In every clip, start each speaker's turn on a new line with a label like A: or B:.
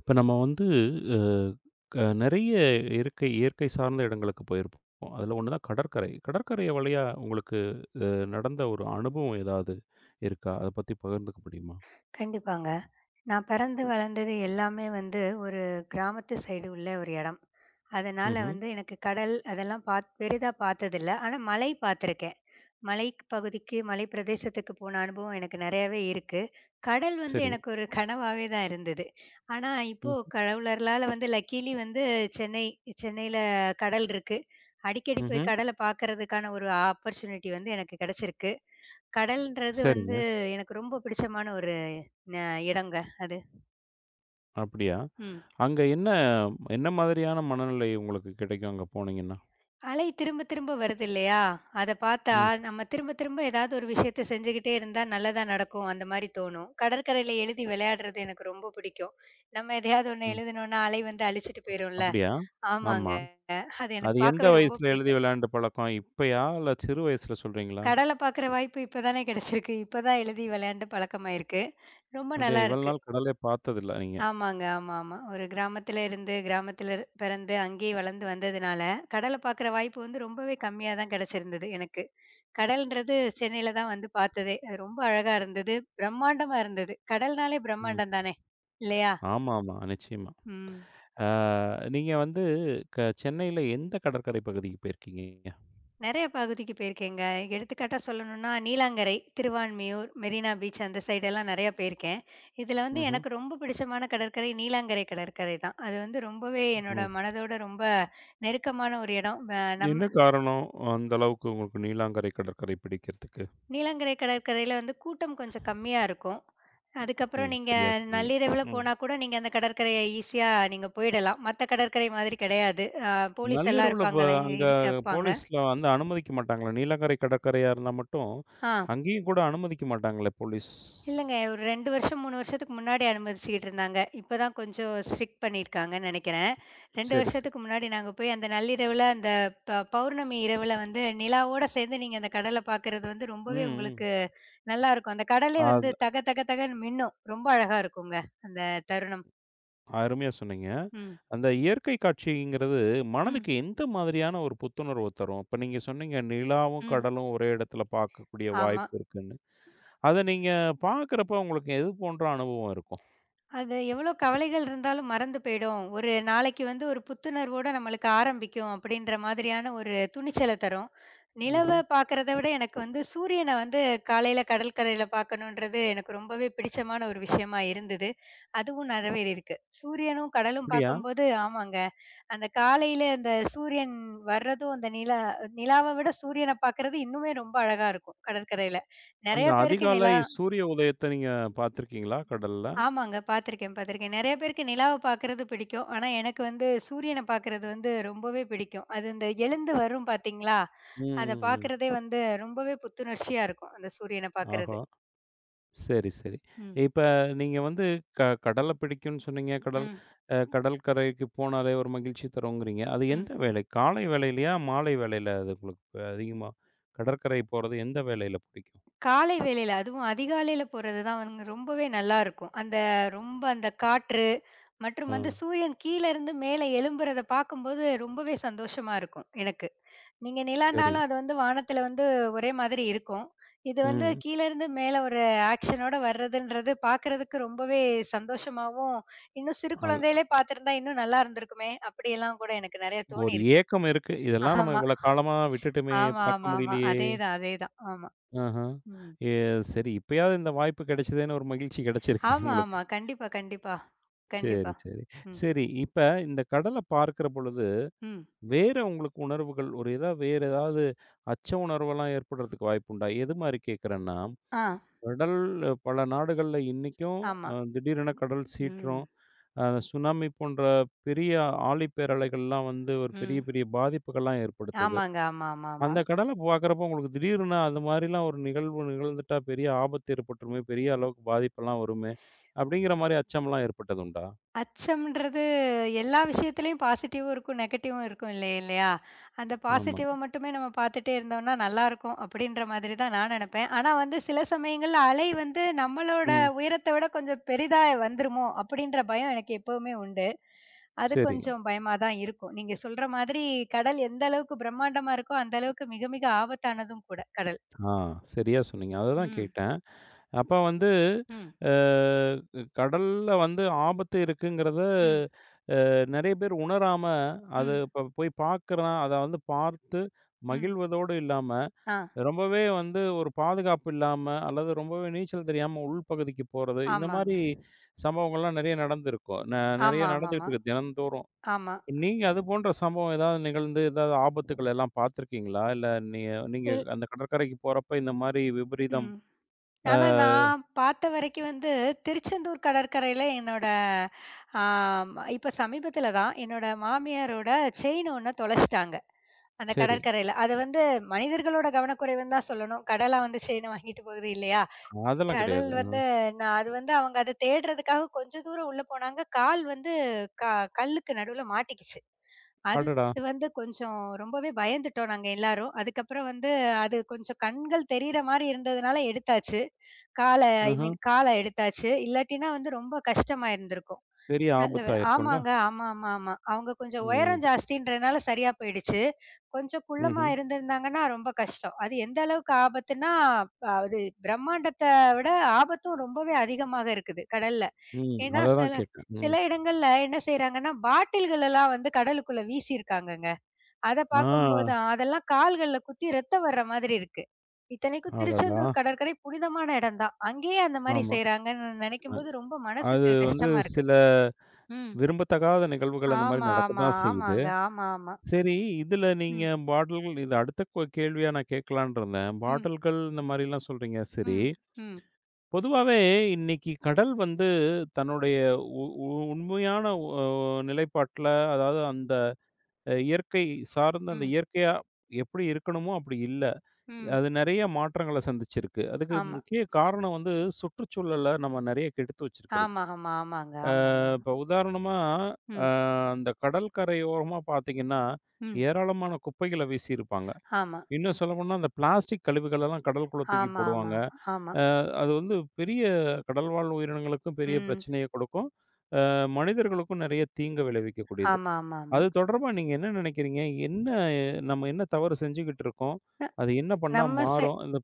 A: இப்ப நம்ம வந்து அ க நெறைய இயற்கை இயற்கை சார்ந்த இடங்களுக்கு போயிருப்போம். அதுல ஒண்ணு தான் கடற்கரை. கடற்கரை வழியா உங்களுக்கு அ நடந்த ஒரு அனுபவம் ஏதாவது இருக்கா? அத பத்தி பகிர்ந்துக்க முடியுமா?
B: கண்டிப்பாங்க. நான் பிறந்து வளர்ந்தது எல்லாமே வந்து ஒரு கிராமத்து சைடு உள்ள ஒரு இடம். அதனால
A: ம்ஹ்ம்.
B: வந்து எனக்கு கடல் அதெல்லாம் பெரிதா பார்த்ததில்ல. ஆனா மலை பார்த்துருக்கேன். மலைப் பகுதிக்கு, மலை பிரதேசத்துக்கு போன அனுபவம் எனக்கு நிறையாவே இருக்கு. கடல் வந்து
A: சரி.
B: எனக்கு ஒரு கனவாவே தான் இருந்தது. ஆனா இப்போ
A: ம்.
B: கடவுளர்களால வந்து லக்கீலி வந்து சென்னை சென்னையில கடல் இருக்கு. அடிக்கடி போய்
A: ம்ஹ்ம்.
B: கடல பார்க்கறதுக்கான ஒரு ஆப்பர்ச்சுனிட்டி வந்து எனக்கு கிடைச்சிருக்கு. கடல்ன்றது வந்து
A: சரிங்க.
B: எனக்கு ரொம்ப பிடிச்சமான ஒரு ந இடங்க அது.
A: அப்படியா?
B: ம்.
A: அங்க என்ன என்ன மாதிரியான மனநிலை உங்களுக்கு கிடைக்கும் அங்க போனீங்கன்னா?
B: அலை திரும்ப திரும்ப வருது இல்லையா? அத பார்த்தா
A: ம்.
B: நம்ம திரும்ப திரும்ப ஏதாவது ஒரு விஷயத்த செஞ்சுகிட்டே இருந்தா நல்லதா நடக்கும் அந்த மாரி தோணும். கடற்கரையில எழுதி விளையாடுறது எனக்கு ரொம்ப பிடிக்கும். நம்ம எதையாவது ஒண்ணு
A: ம்.
B: எழுதுனோம்னா அலை வந்து அழிச்சிட்டு போயிரும்ல.
A: அப்படியா?
B: ஆமாங்க.
A: ஆமா.
B: அது எனக்கு
A: அது எந்த
B: பார்க்கவே ரொம்ப
A: வயசுல எழுதி
B: பிடிக்கும்.
A: விளையாண்ட பழக்கம்? இப்பயா? இல்ல சிறு வயசுல சொல்றீங்களா?
B: கடல பார்க்குற வாய்ப்பு இப்ப தானே கிடைச்சிருக்கு. இப்ப தான் எழுதி விளையாண்டு பழக்கமாயிருக்கு. ரொம்ப
A: அப்படியா?
B: நல்லா
A: இவ்வளவு
B: இருக்கு.
A: நாள் கடலே பார்த்ததில்ல நீங்க.
B: ஆமாங்க. ஆமா, ஆமா. ஒரு கிராமத்துல இருந்து கிராமத்துல இரு பிறந்து அங்கேயே வளர்ந்து வந்ததுனால, கடல பார்க்குற வாய்ப்பு வந்து ரொம்பவே கம்மியா தான் கிடைச்சிருந்தது எனக்கு. கடல்ன்றது சென்னையில தான் வந்து பார்த்ததே. அது ரொம்ப அழகா இருந்தது. பிரம்மாண்டமா இருந்தது. கடல்னாலே
A: ம்.
B: பிரம்மாண்டம் தானே! இல்லையா?
A: ஆமாமா. நிச்சயமா.
B: ம்.
A: ஆ, நீங்க வந்து சென்னையில எந்த கடற்கரை பகுதிக்கு போயிருக்கீங்க?
B: நெறைய பகுதிக்கு போயிருக்கேங்க. எடுத்துக்காட்டா சொல்லணும்னா, நீலாங்கரை, திருவான்மியூர், மெரினா பீச் அந்த சைடெல்லாம் நெறைய போயிருக்கேன். இதுல வந்து
A: ம்ஹ்ம்.
B: எனக்கு ரொம்ப பிடிச்சமான கடற்கரை நீலாங்கரை கடற்கரை தான். அது வந்து ரொம்பவே
A: ம்.
B: என்னோட மனதோட ரொம்ப நெருக்கமான ஒரு இடம்.
A: என்ன காரணம்? அந்த அளவுக்கு உங்களுக்கு நீலாங்கரை கடற்கரை பிடிக்கிறதுக்கு?
B: நீலாங்கரை கடற்கரையில வந்து கூட்டம் கொஞ்சம் கம்மியா இருக்கும். அதுக்கப்புறம்
A: ம்.
B: நீங்க
A: சரியா சொன்னீங்க.
B: நள்ளிரவுல
A: ம்.
B: போனா கூட நீங்க அந்த கடற்கரைய ஈஸியா நீங்க போயிடலாம். மத்த கடற்கரை மாதிரி கிடையாது. போலீஸ் எல்லாம்
A: நள்ளிரவுல
B: இருப்பாங்களே
A: அங்க
B: இருப்பாங்க.
A: போலீஸ்ல வந்து அனுமதிக்க மாட்டாங்களா? நீலாங்கரை கடற்கரையா இருந்தா மட்டும்,
B: ஆ.
A: அங்கேயும் கூட அனுமதிக்க மாட்டாங்களே போலீஸ்?
B: இல்லங்க. ஒரு 2 வருஷம், 3 வருஷத்துக்கு முன்னாடி அனுமதிச்சுக்கிட்டு இருந்தாங்க. இப்ப தான் கொஞ்சம் ஸ்ட்ரிக்ட் பண்ணியிருக்காங்கன்னு நெனைக்கிறேன். 2
A: சரி, சரி.
B: வருஷத்துக்கு முன்னாடி நாங்க போய் அந்த நள்ளிரவுல அந்த பௌர்ணமி இரவுல வந்து நிலாவோட சேர்ந்து நீங்க அந்த கடல பார்க்கறது வந்து
A: ம்,
B: ரொம்பவே
A: ம்.
B: உங்களுக்கு நல்லாருக்கும். அந்த கடலே வந்து
A: அது
B: தக தக தகன்னு மின்னும். ரொம்ப அழகா இருக்குங்க அந்த தருணம்.
A: அருமையா சொன்னீங்க.
B: ம்.
A: அந்த இயற்கை காட்சிங்கிறது
B: ம்.
A: மனதுக்கு எந்த மாதிரியான ஒரு புத்துணர்வு தரும்? இப்ப நீங்க சொன்னீங்க, நிலாவும்,
B: ம்.
A: கடலும் ஒரே இடத்துல பார்க்கக்கூடிய
B: ஆமா.
A: வாய்ப்பு இருக்குன்னு. அத நீங்க பார்க்குறப்ப உங்களுக்கு எது போன்ற அனுபவம் இருக்கும்?
B: அது எவ்வளோ கவலைகள் இருந்தாலும் மறந்து போயிடும். ஒரு நாளைக்கு வந்து ஒரு புத்துணர்வோட நம்மளுக்கு ஆரம்பிக்கும் அப்படின்ற மாதிரியான ஒரு துணிச்சல தரும். நிலவ
A: ம்ஹ்ம்.
B: பார்க்கறத விட எனக்கு வந்து சூரியன வந்து காலையில கடற்கரையில பார்க்கணுன்றது எனக்கு ரொம்பவே பிடிச்சமான ஒரு விஷயமா இருந்தது. அதுவும் நிறைவேறியிருக்கு. சூரியனும் கடலும்
A: அப்படியா?
B: பார்க்கும்போது ஆமாங்க. அந்த காலையில அந்த சூரியன் வர்றதும் அந்த நிலாவ விட சூரியன பார்க்கறது இன்னுமே ரொம்ப அழகா இருக்கும் கடற்கரையில.
A: அந்த
B: நெறைய பேருக்கு
A: அதிகாலை
B: நிலா
A: சூரிய உதயத்த நீங்க பார்த்துருக்கீங்களா கடல்ல?
B: ஆமாங்க. பார்த்துருக்கேன். நெறைய பேருக்கு நிலாவ பார்க்கறது பிடிக்கும். ஆனா எனக்கு வந்து சூரியன பார்க்கறது வந்து ரொம்பவே பிடிக்கும். அது இந்த எழுந்து வரும் பார்த்தீங்களா?
A: ம்,
B: அத
A: ம், ம்.
B: பார்க்கறதே வந்து ரொம்பவே புத்துணர்ச்சியா இருக்கும். அந்த சூரியன பார்க்கறது.
A: ஆஹா! சரி, சரி.
B: ம்.
A: இப்ப நீங்க வந்து கடல பிடிக்கும்னு சொன்னீங்க.
B: ம்,
A: கடல் கரைக்கு போனாலே ஒரு மகிழ்ச்சி தருங்கிறீங்க. அது
B: ம்.
A: எந்த வேலை? காலை வேளையிலயா? மாலை வேளையில அது உங்களுக்கு அதிகமா கடற்கரை போறது எந்த வேளையில பிடிக்கும்?
B: காலை வேளையில அதுவும் அதிகாலையில போறது தான் வந்து ரொம்பவே நல்லா இருக்கும். அந்த ரொம்ப அந்த காற்று மற்றும்
A: ஆ.
B: வந்து சூரியன் கீழ இருந்து மேல எழும்புறத பார்க்கும்போது ரொம்பவே சந்தோஷமா இருக்கும் எனக்கு. நீங்க
A: சரி.
B: நிலானாலும் அது வந்து வானத்துல வந்து ஒரே மாதிரி இருக்கும். இது வந்து
A: ம்.
B: கீழ இருந்து மேல ஒரு ஆக்ஷனோட வர்றதுன்றது பாக்குறதுக்கு ரொம்பவே சந்தோஷமாவும், இன்னும் சிறு
A: அல
B: குழந்தையிலே பாத்திருந்தா இன்னும் நல்லா இருந்திருக்குமே! அப்படியெல்லாம் கூட எனக்கு நெறைய
A: ஒரு
B: தோணியிருக்கு.
A: ஏக்கம் இருக்கு. இதெல்லாம் நம்ம
B: ஆமா.
A: இவ்வளோ காலமா விட்டுட்டோமே!
B: ஆமா,
A: பார்க்க
B: ஆமா, ஆமா.
A: முடியலையே!
B: அதேதான், அதேதான். ஆமா.
A: ஆஹ.
B: ம்.
A: எ சரி இப்பயாவது இந்த வாய்ப்பு கிடைச்சதேன்னு ஒரு மகிழ்ச்சி கிடைச்சிருக்கு
B: ஆமா,
A: உங்களுக்கு.
B: ஆமா. கண்டிப்பா, கண்டிப்பா.
A: சரி,
B: கண்டிப்பா.
A: சரி.
B: ம்,
A: சரி இப்ப இந்த கடல பார்க்கிற பொழுது
B: ம்.
A: வேற உங்களுக்கு உணர்வுகள் ஒரு ஏதாவது வேற ஏதாவது அச்ச உணர்வெல்லாம் ஏற்படுறதுக்கு வாய்ப்புண்டா? எது மாரி கேட்கிறேன்னா,
B: ஆ,
A: கடல் பல நாடுகள்ல இன்னைக்கும்
B: ஆமா.
A: திடீரென கடல் சீற்றம்,
B: ம்,
A: அ சுனாமி போன்ற பெரிய ஆழிப்பேரலைகள்லாம் வந்து ஒரு பெரிய
B: ம்.
A: பெரிய பாதிப்புகள்லாம் ஏற்படுத்துது.
B: ஆமாங்க. ஆமா, ஆமா, ஆமா.
A: அந்த கடல பார்க்குறப்போ உங்களுக்கு திடீர்னு அது மாரிலாம் ஒரு நிகழ்வு நிகழ்ந்துட்டா பெரிய ஆபத்து ஏற்பட்டுருமே, பெரிய அளவுக்கு பாதிப்பெல்லாம் வருமே, அப்படிங்கிற மாரி அச்சம்லாம் ஏற்பட்டதுண்டா?
B: அச்சம்ன்றது எல்லா விஷயத்துலயும் பாசிட்டிவும் இருக்கும், நெகட்டிவும் இருக்கும் இல்லை இல்லையா? அந்த
A: ஆமா.
B: பாசிட்டிவ மட்டுமே நம்ம பார்த்துட்டே இருந்தோம்னா நல்லாருக்கும் அப்படின்ற மாதிரி தான் நான் நெனப்பேன். ஆனா வந்து சில சமயங்கள்ல அலை வந்து நம்மளோட
A: ம்.
B: உயரத்த விட கொஞ்சம் பெரிதா வந்துருமோ அப்படின்ற பயம் எனக்கு எப்பவுமே உண்டு. அது
A: சரி.
B: கொஞ்சம் பயமா தான் இருக்கும். நீங்க சொல்ற மாதிரி கடல் எந்த அளவுக்கு பிரம்மாண்டமா இருக்கோ, அந்த அளவுக்கு மிக மிக ஆபத்தானதும் கூட கடல்.
A: ஆ சரியா சொன்னீங்க. அததான்
B: ம்,
A: கேட்டேன். அப்ப வந்து
B: ம்,
A: அ கடல்ல வந்து ஆபத்து இருக்குங்கிறத
B: ம்,
A: நெறைய பேர் உணராம, அது
B: ம்,
A: இப்ப போய் பார்க்குறான். அத வந்து பார்த்து
B: ம்.
A: மகிழ்வதோடு இல்லாம,
B: ஆ,
A: ரொம்பவே வந்து ஒரு பாதுகாப்பு இல்லாம, அல்லது ரொம்பவே நீச்சல் தெரியாம உள்பகுதிக்கு போறது, இந்த
B: ஆமாங்க.
A: மாரி சம்பவங்கள்லாம் நெறைய நடந்திருக்கும். நெறைய
B: ஆமா, ஆமாமா.
A: நடந்துகிட்டு இருக்கு தினந்தோறும்.
B: ஆமா. ஆமா
A: நீங்க அது போன்ற சம்பவம் ஏதாவது நிகழ்ந்து, ஏதாவது ஆபத்துக்கள் எல்லாம் பார்த்துருக்கீங்களா? இல்ல நீ நீங்க
B: இல்
A: அந்த கடற்கரைக்கு போறப்ப இந்த மாரி விபரீதம்
B: ம்.
A: அ
B: ஆனா, நான் பார்த்த வரைக்கும் வந்து திருச்செந்தூர் கடற்கரையில என்னோட ஆம், இப்ப சமீபத்தில தான் என்னோட மாமியாரோட செயின் ஒண்ண தொலைச்சுட்டாங்க. அந்த
A: சரி.
B: கடற்கரையில. அது வந்து மனிதர்களோட கவனக்குறைவுன்னு தான் சொல்லணும். கடலா வந்து செயின வாங்கிட்டு போகுது இல்லையா?
A: அதெல்லாம்
B: கடல்
A: கிடையாது.
B: வந்து நான் அது வந்து அவங்க அத தேடுறதுக்காக கொஞ்சம் தூரம் உள்ள போனாங்க. கால் வந்து க கல்லுக்கு நடுவுல மாட்டிக்கிச்சு. அது
A: அடடா!
B: வந்து கொஞ்சம் ரொம்பவே பயந்துட்டோம் நாங்க எல்லாரும். அதுக்கப்புறம் வந்து அது கொஞ்சம் கண்கள் தெரியிற மாரி இருந்ததுனால எடுத்தாச்சு. கால ஐ
A: ம்ஹ்ம்.
B: மீன் கால எடுத்தாச்சு. இல்லாட்டினா வந்து ரொம்ப கஷ்டமா இருந்திருக்கும்.
A: பெரிய
B: நல்ல வேல.
A: ஆபத்தாயிருக்கும்ல.
B: ஆமாங்க. ஆமா, ஆமா, ஆமா. அவங்க கொஞ்சம்
A: ம்.
B: உயரம் ஜாஸ்தின்றனால சரியா போயிடுச்சு. கொஞ்சம் குள்ளமா
A: ம்ஹ்ம்.
B: இருந்திருந்தாங்கன்னா ரொம்ப கஷ்டம். அது எந்த அளவுக்கு ஆபத்துன்னா, அது பிரம்மாண்டத்த விட ஆபத்தும் ரொம்பவே அதிகமாக இருக்குது கடல்ல.
A: ம்.
B: ஏன்னா சில
A: அததான் கேட்டேன். ம்.
B: சில இடங்கள்ல என்ன செய்றாங்கன்னா, பாட்டில்கள் எல்லாம் வந்து கடலுக்குள்ள வீசியிருக்காங்கங்க. அத
A: ஆ.
B: பார்க்கும்போது அதெல்லாம் கால்கள்ல குத்தி ரத்தம் வர்ற மாதிரி இருக்கு. இத்தனைக்கும்
A: அடடா!
B: திருச்செந்தூர் கடற்கரை புனிதமான இடம் தான். அங்கேயே அந்த மாரி
A: ஆமா.
B: செய்றாங்கன்னு
A: அ
B: நெனைக்கும்போது ரொம்ப
A: அது
B: மனசுக்கு
A: வந்து
B: கஷ்டமா இருக்கு.
A: சில
B: ம்.
A: விரும்பத்தகாத நிகழ்வுகள் அந்த மாரி
B: ஆமா,
A: நடக்க
B: ஆமா,
A: தான் செய்யுது.
B: ஆமாங்க. ஆமா, ஆமா.
A: சரி, இதுல
B: ம்.
A: நீங்க பாட்டில்கள் இது அடுத்த கேள்வியா நான் கேட்கலான்னு இருந்தேன்.
B: ம்,
A: பாட்டில்கள் இந்த மாரிலாம் சொல்றீங்க, சரி.
B: ம், ம்,
A: பொதுவாவே இன்னைக்கு கடல் வந்து தன்னுடைய உ உ உண்மையான நிலைப்பாட்டுல, அதாவது அந்த இயற்கை சார்ந்த அந்த
B: ம்,
A: இயற்கையா எப்படி இருக்கணுமோ, அப்படி இல்ல.
B: ம்.
A: அது நெறைய மாற்றங்கள சந்திச்சிருக்கு. அதுக்கு
B: ஆமா.
A: முக்கிய காரணம் வந்து சுற்றுச்சூழல நம்ம நெறைய கெடுத்து வச்சிருக்கிறது.
B: ஆமா, ஆமா, ஆமாங்க. ஆமா, ஆமா. ஆமா.
A: இப்போ உதாரணமா, அ
B: ம்,
A: அந்த கடல் கரையோரமா பார்த்தீங்கன்னா,
B: ம்.
A: ஏராளமான குப்பைகள வீசியிருப்பாங்க.
B: ஆமா.
A: இன்னும் சொல்லப்போனா அந்த பிளாஸ்டிக் கழிவுகளெல்லாம் கடலுக்குள்ள தூக்கி
B: ஆமா, ஆமா, ஆமா.
A: போடுவாங்க.
B: ஆமா
A: அது வந்து பெரிய கடல்வாழ் உயிரினங்களுக்கும் பெரிய
B: ம்.
A: பிரச்சனைய கொடுக்கும். மனிதர்களுக்கும் நெறைய தீங்க விளைவிக்கக்கூடியது.
B: ஆமா, ஆமா, ஆமா.
A: அது தொடர்பா நீங்க என்ன நெனைக்கிறீங்க? என்ன நம்ம என்ன தவறு செஞ்சுகிட்டு இருக்கோம்?
B: ந
A: அது என்ன பண்ணா
B: நம்ம செ
A: மாறும்?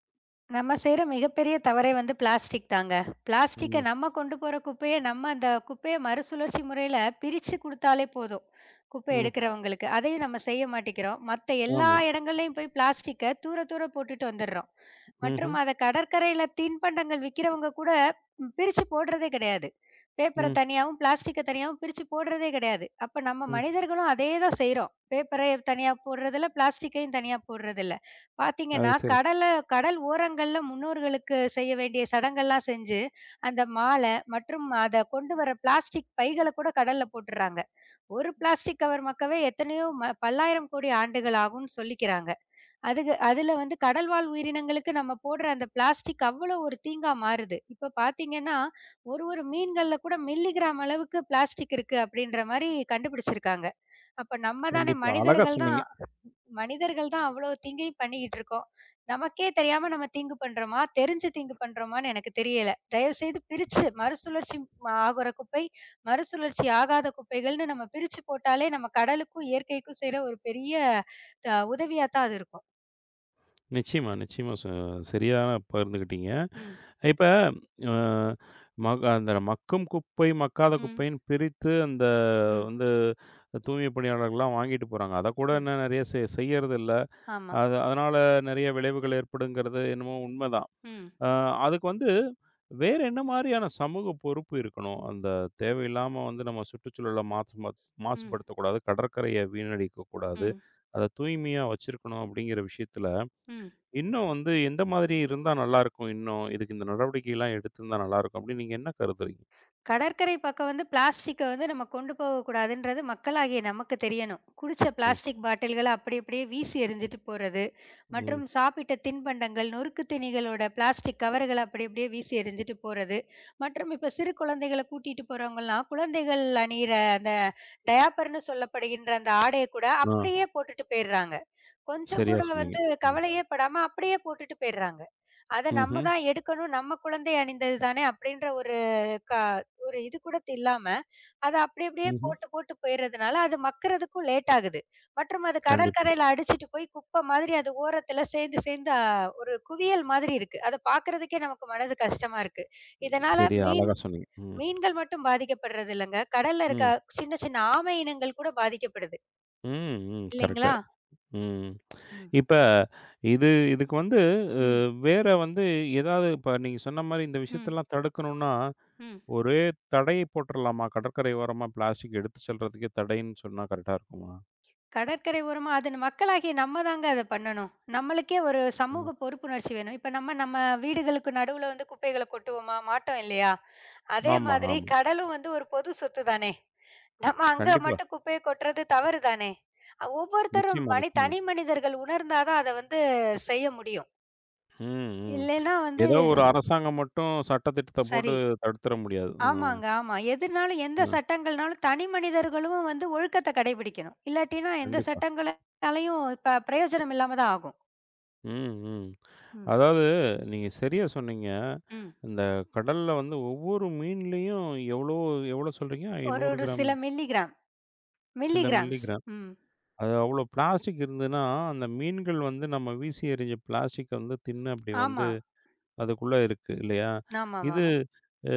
B: நம்ம செய்ற மிகப்பெரிய தவறே வந்து பிளாஸ்டிக் தாங்க. பிளாஸ்டிக்க
A: ம்,
B: நம்ம கொண்டு போற குப்பைய, நம்ம அந்த குப்பைய மறுசுழற்சி முறையில பிரிச்சு குடுத்தாலே போதும். குப்பை
A: ம்.
B: எடுக்கிறவங்களுக்கு. அதையும் நம்ம செய்ய மாட்டேங்கிறோம். மத்த எல்லா
A: ஆமா.
B: இடங்கள்லயும் போய் பிளாஸ்டிக்க தூர தூர போட்டுட்டு வந்துடுறோம். மற்றும்
A: ம்ஹ்ம்.
B: அத கடற்கரையில தின்பண்டங்கள் விக்கிறவங்க கூட பிரிச்சு போடுறதே கிடையாது. பேப்பர
A: ம்,
B: தனியாவும், பிளாஸ்டிக்க தனியாவும் பிரிச்சு போடுறதே கிடையாது. அப்ப நம்ம
A: ம்.
B: மனிதர்களும் அதே தான் செய்றோம். பேப்பர தனியா போடுறதில்ல, பிளாஸ்டிக்கையும் தனியா போடுறதில்ல.
A: அது
B: பாத்தீங்கன்னா,
A: சரி.
B: கடல் ஓரங்கள்ல முன்னோர்களுக்கு செய்ய வேண்டிய சடங்கெல்லாம் செஞ்சு, அந்த மாலை மற்றும் அத கொண்டு வர பிளாஸ்டிக் பைகள கூட கடல்ல போட்டுர்றாங்க. ஒரு பிளாஸ்டிக் கவர் மக்கவே எத்தனையோ பல்லாயிரம் கோடி ஆண்டுகள் ஆகும்னு சொல்லிக்கிறாங்க. அதுக்கு அதுல வந்து கடல்வாழ் உயிரினங்களுக்கு நம்ம போடுற அந்த பிளாஸ்டிக் அவ்வளோ ஒரு தீங்கா மாறுது. இப்ப பாத்தீங்கன்னா, ஒரு ஒரு மீன்கள்ல கூட மில்லிகிராம் அளவுக்கு பிளாஸ்டிக் இருக்கு அப்படின்ற மாரி கண்டுபிடிச்சிருக்காங்க. அப்ப நம்ம தானே
A: கண்டிப்பா. அழகா சொன்னீங்க.
B: மனிதர்கள் தான் அவ்ளோ திங்கையும் பண்ணிக்கிட்டு இருக்கோம். நமக்கே தெரியாம நம்ம திங்கு பண்றோமா? தெரிஞ்சு திங்கு பண்றோமான்னு எனக்கு தெரியல. தயவு செய்து பிரிச்சு மறுசுழற்சி ஆகுற குப்பை, மறுசுழற்சி ஆகாத குப்பைகள்னு நம்ம பிரிச்சு போட்டாலே நம்ம கடலுக்கும், இயற்கைக்கும் செய்ற ஒரு பெரிய த உதவியா தான் அது இருக்கும்.
A: நிச்சயமா, நிச்சயமா. சரியா பகிர்ந்துக்கிட்டீங்க.
B: ம்.
A: இப்ப அ மக் அந்த மக்கும் குப்பை, மக்காத
B: ம்.
A: குப்பைன்னு பிரித்து அந்த
B: ம்.
A: வந்து தூய்மை பணியாளர்கள்லாம் வாங்கிட்டு போறாங்க. அத கூட
B: ம்.
A: இன்னும் நெறைய செய்யறதில்ல.
B: ஆமா.
A: அது அதனால நெறைய விளைவுகள் ஏற்படுங்கிறது என்னமோ உண்மதான்.
B: ம்.
A: அ அதுக்கு வந்து வேற என்ன மாரியான சமூக பொறுப்பு இருக்கணும்? அந்த தேவையில்லாம வந்து நம்ம சுற்றுச்சூழல
B: ம்.
A: மாசுபடுத்தக்கூடாது. கடற்கரைய வீணடிக்கக்கூடாது.
B: ம்.
A: அத தூய்மையா வச்சிருக்கணும் அப்படிங்கிற விஷயத்துல,
B: ம்.
A: இன்னும் வந்து எந்த மாதிரி இருந்தா நல்லாயிருக்கும் இன்னும்? இதுக்கு இந்த நடவடிக்கைலாம் எடுத்திருந்தா நல்லாயிருக்கும் அப்படின்னு நீங்க என்ன கருதுறீங்க?
B: கடற்கரை பக்கம் வந்து பிளாஸ்டிக்க வந்து நம்ம கொண்டு போகக்கூடாதுன்றது மக்களாகிய நமக்கு தெரியணும். குடிச்ச
A: ம்.
B: பிளாஸ்டிக் பாட்டில்கள அப்படி அப்படியே வீசி எறிஞ்சிட்டு போறது,
A: ம்.
B: மற்றும் சாப்பிட்ட தின்பண்டங்கள், நொறுக்கு தீனிகளோட பிளாஸ்டிக் கவர்கள அப்படி அப்படியே வீசி எறிஞ்சிட்டு போறது, மற்றும் இப்ப சிறு குழந்தைகள கூட்டிட்டு போறவங்கலாம், குழந்தைகள் அணியிற அந்த டயாப்பர்ன்னு சொல்லப்படுகின்ற அந்த ஆடைய கூட
A: ஆ.
B: அப்படியே போட்டுட்டு போயிர்றாங்க. கொஞ்சம்
A: சரியா
B: கூட
A: சொன்னீங்க.
B: வந்து
A: ம்.
B: கவலையே படாம அப்படியே போட்டுட்டு போயிர்றாங்க. அத நம்ம
A: ம்ஹ்ம்.
B: தான் எடுக்கணும். நம்ம குழந்தை அணிந்தது தானே அப்டின்ற ஒரு க ஒரு இது கூட இல்லாம, அத அப்டி அப்டியே
A: ம்ஹ்ம்.
B: போட்டு போட்டு போயிறதுனால, அது மக்குறதுக்கும் லேட் ஆகுது. மற்றும் அது
A: கண்டிப்பா.
B: கடற்கரையில அடிச்சிட்டு போய் குப்ப மாதிரி அது ஓரத்துல சேர்ந்து சேர்ந்து ஒரு குவியல் மாதிரி இருக்கு. அத பார்க்கறதுக்கே நமக்கு மனது கஷ்டமா இருக்கு. இதனால
A: சரியா அழகா சொன்னீங்க. ம்.
B: மீன்கள் மட்டும் பாதிக்கப்படுறது இல்லங்க. கடல்ல இருக்க
A: ம்.
B: சின்ன சின்ன ஆமை இனங்கள் கூட பாதிக்கப்படுது.
A: ம். ம். கரெக்ட்.
B: இல்லைங்களா?
A: ம்.
B: ம்.
A: இப்ப இது இதுக்கு வந்து அ
B: ம்.
A: வேற வந்து ஏதாவது இப்ப நீங்க சொன்ன மாரி இந்த
B: ம்.
A: விஷயத்தெல்லாம் தடுக்கணும்னா,
B: ம்.
A: ஒரே தடை போட்டுறலாமா? கடற்கரை ஓரமா பிளாஸ்டிக் எடுத்து செல்றதுக்கே தடைன்னு சொன்னா கரெக்ட்டா இருக்குமா?
B: கடற்கரை ஓரமா அது மக்களாகிய நம்ம தாங்க அத பண்ணணும். நம்மளுக்கே ஒரு
A: ம்.
B: சமூக பொறுப்புணர்ச்சி வேணும். இப்ப நம்ம நம்ம வீடுகளுக்கு நடுவுல வந்து குப்பைகள கொட்டுவோமா? மாட்டோம் இல்லையா? அதே
A: ஆமா,
B: மாதிரி
A: ஆமா.
B: கடலும் வந்து ஒரு பொது சொத்து தானே! நம்ம அங்க
A: கண்டிப்பா.
B: மட்டும் குப்பைய கொட்டுறது தவறு தானே! ஒவ்வொருத்தரும்
A: நிச்சயமா, நிச்சயமா.
B: தனி மனிதர்கள் உணர்ந்தா தான் அத வந்து செய்ய முடியும்.
A: ம், ம்.
B: இல்லைன்னா வந்து
A: ஏதோ ஒரு அரசாங்கம் மட்டும் சட்டத்திட்டத்த போட்டு
B: சரி.
A: தடுத்துற முடியாது. ம்.
B: ஆமாங்க, ஆமா. எதுனாலும் எந்த
A: ம்.
B: சட்டங்கள்னாலும் தனி மனிதர்களும் வந்து ஒழுக்கத்த கடைபிடிக்கணும். இல்லாட்டினா எந்த
A: கண்டிப்பா.
B: சட்டங்களாலயும் பிரயோஜனம் இல்லாம தான் ஆகும்.
A: ம், ம்.
B: ம்.
A: அதாவது நீங்க சரியா சொன்னீங்க.
B: ம்.
A: இந்த கடல்ல வந்து ஒவ்வொரு மீன்லயும் எவ்வளோ எவ்வளோ சொல்றீங்க?
B: ஒரு
A: 100
B: ஒரு
A: கிராம்
B: சில மில்லிகிராம்.
A: சில
B: மில்லிகிராம்ஸ்.
A: மில்லிகிராம்.
B: ம்.
A: அது அவ்வளோ பிளாஸ்டிக் இருந்ததுன்னா, அந்த மீன்கள் வந்து நம்ம வீசி எறிஞ்ச பிளாஸ்டிக் வந்து தின்னு அப்படி வந்து
B: ஆமா.
A: அதுக்குள்ள இருக்கு இல்லையா? இது
B: ஆமாமாமா.
A: அ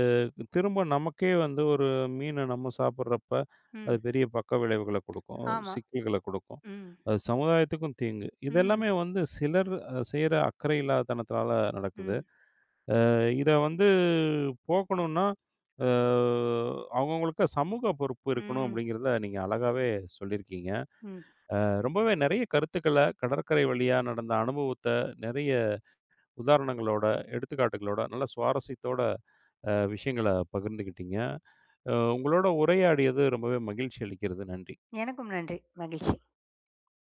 A: திரும்ப நமக்கே வந்து ஒரு மீன நம்ம சாப்பிடுறப்ப, அது
B: ம்.
A: பெரிய பக்க விளைவுகள குடுக்கும்.
B: ஆமா.
A: சிக்கல்கள குடுக்கும்.
B: ம்.
A: அது சமுதாயத்துக்கும் தீங்கு.
B: ம்.
A: இதெல்லாமே வந்து சிலர் செய்ற அக்கறை இல்லாதனத்தால நடக்குது.
B: ம்.
A: இத வந்து போக்கணும்னா, அ அவங்கவங்களுக்கு சமூக பொறுப்பு இருக்கணும்
B: ம்.
A: அப்படிங்கிறத நீங்க அழகாவே சொல்லியிருக்கீங்க.
B: ம்.
A: ரொம்பவே நெறைய கருத்துக்கள கடற்கரை வழியா நடந்த அனுபவத்த நெறைய உதாரணங்களோட, எடுத்துக்காட்டுகளோட நல்ல சுவாரஸ்யத்தோட விஷயங்கள பகிர்ந்துக்கிட்டீங்க. உங்களோட உரையாடியது ரொம்பவே மகிழ்ச்சி அளிக்கிறது. நன்றி.
B: எனக்கும் நன்றி. மகிழ்ச்சி.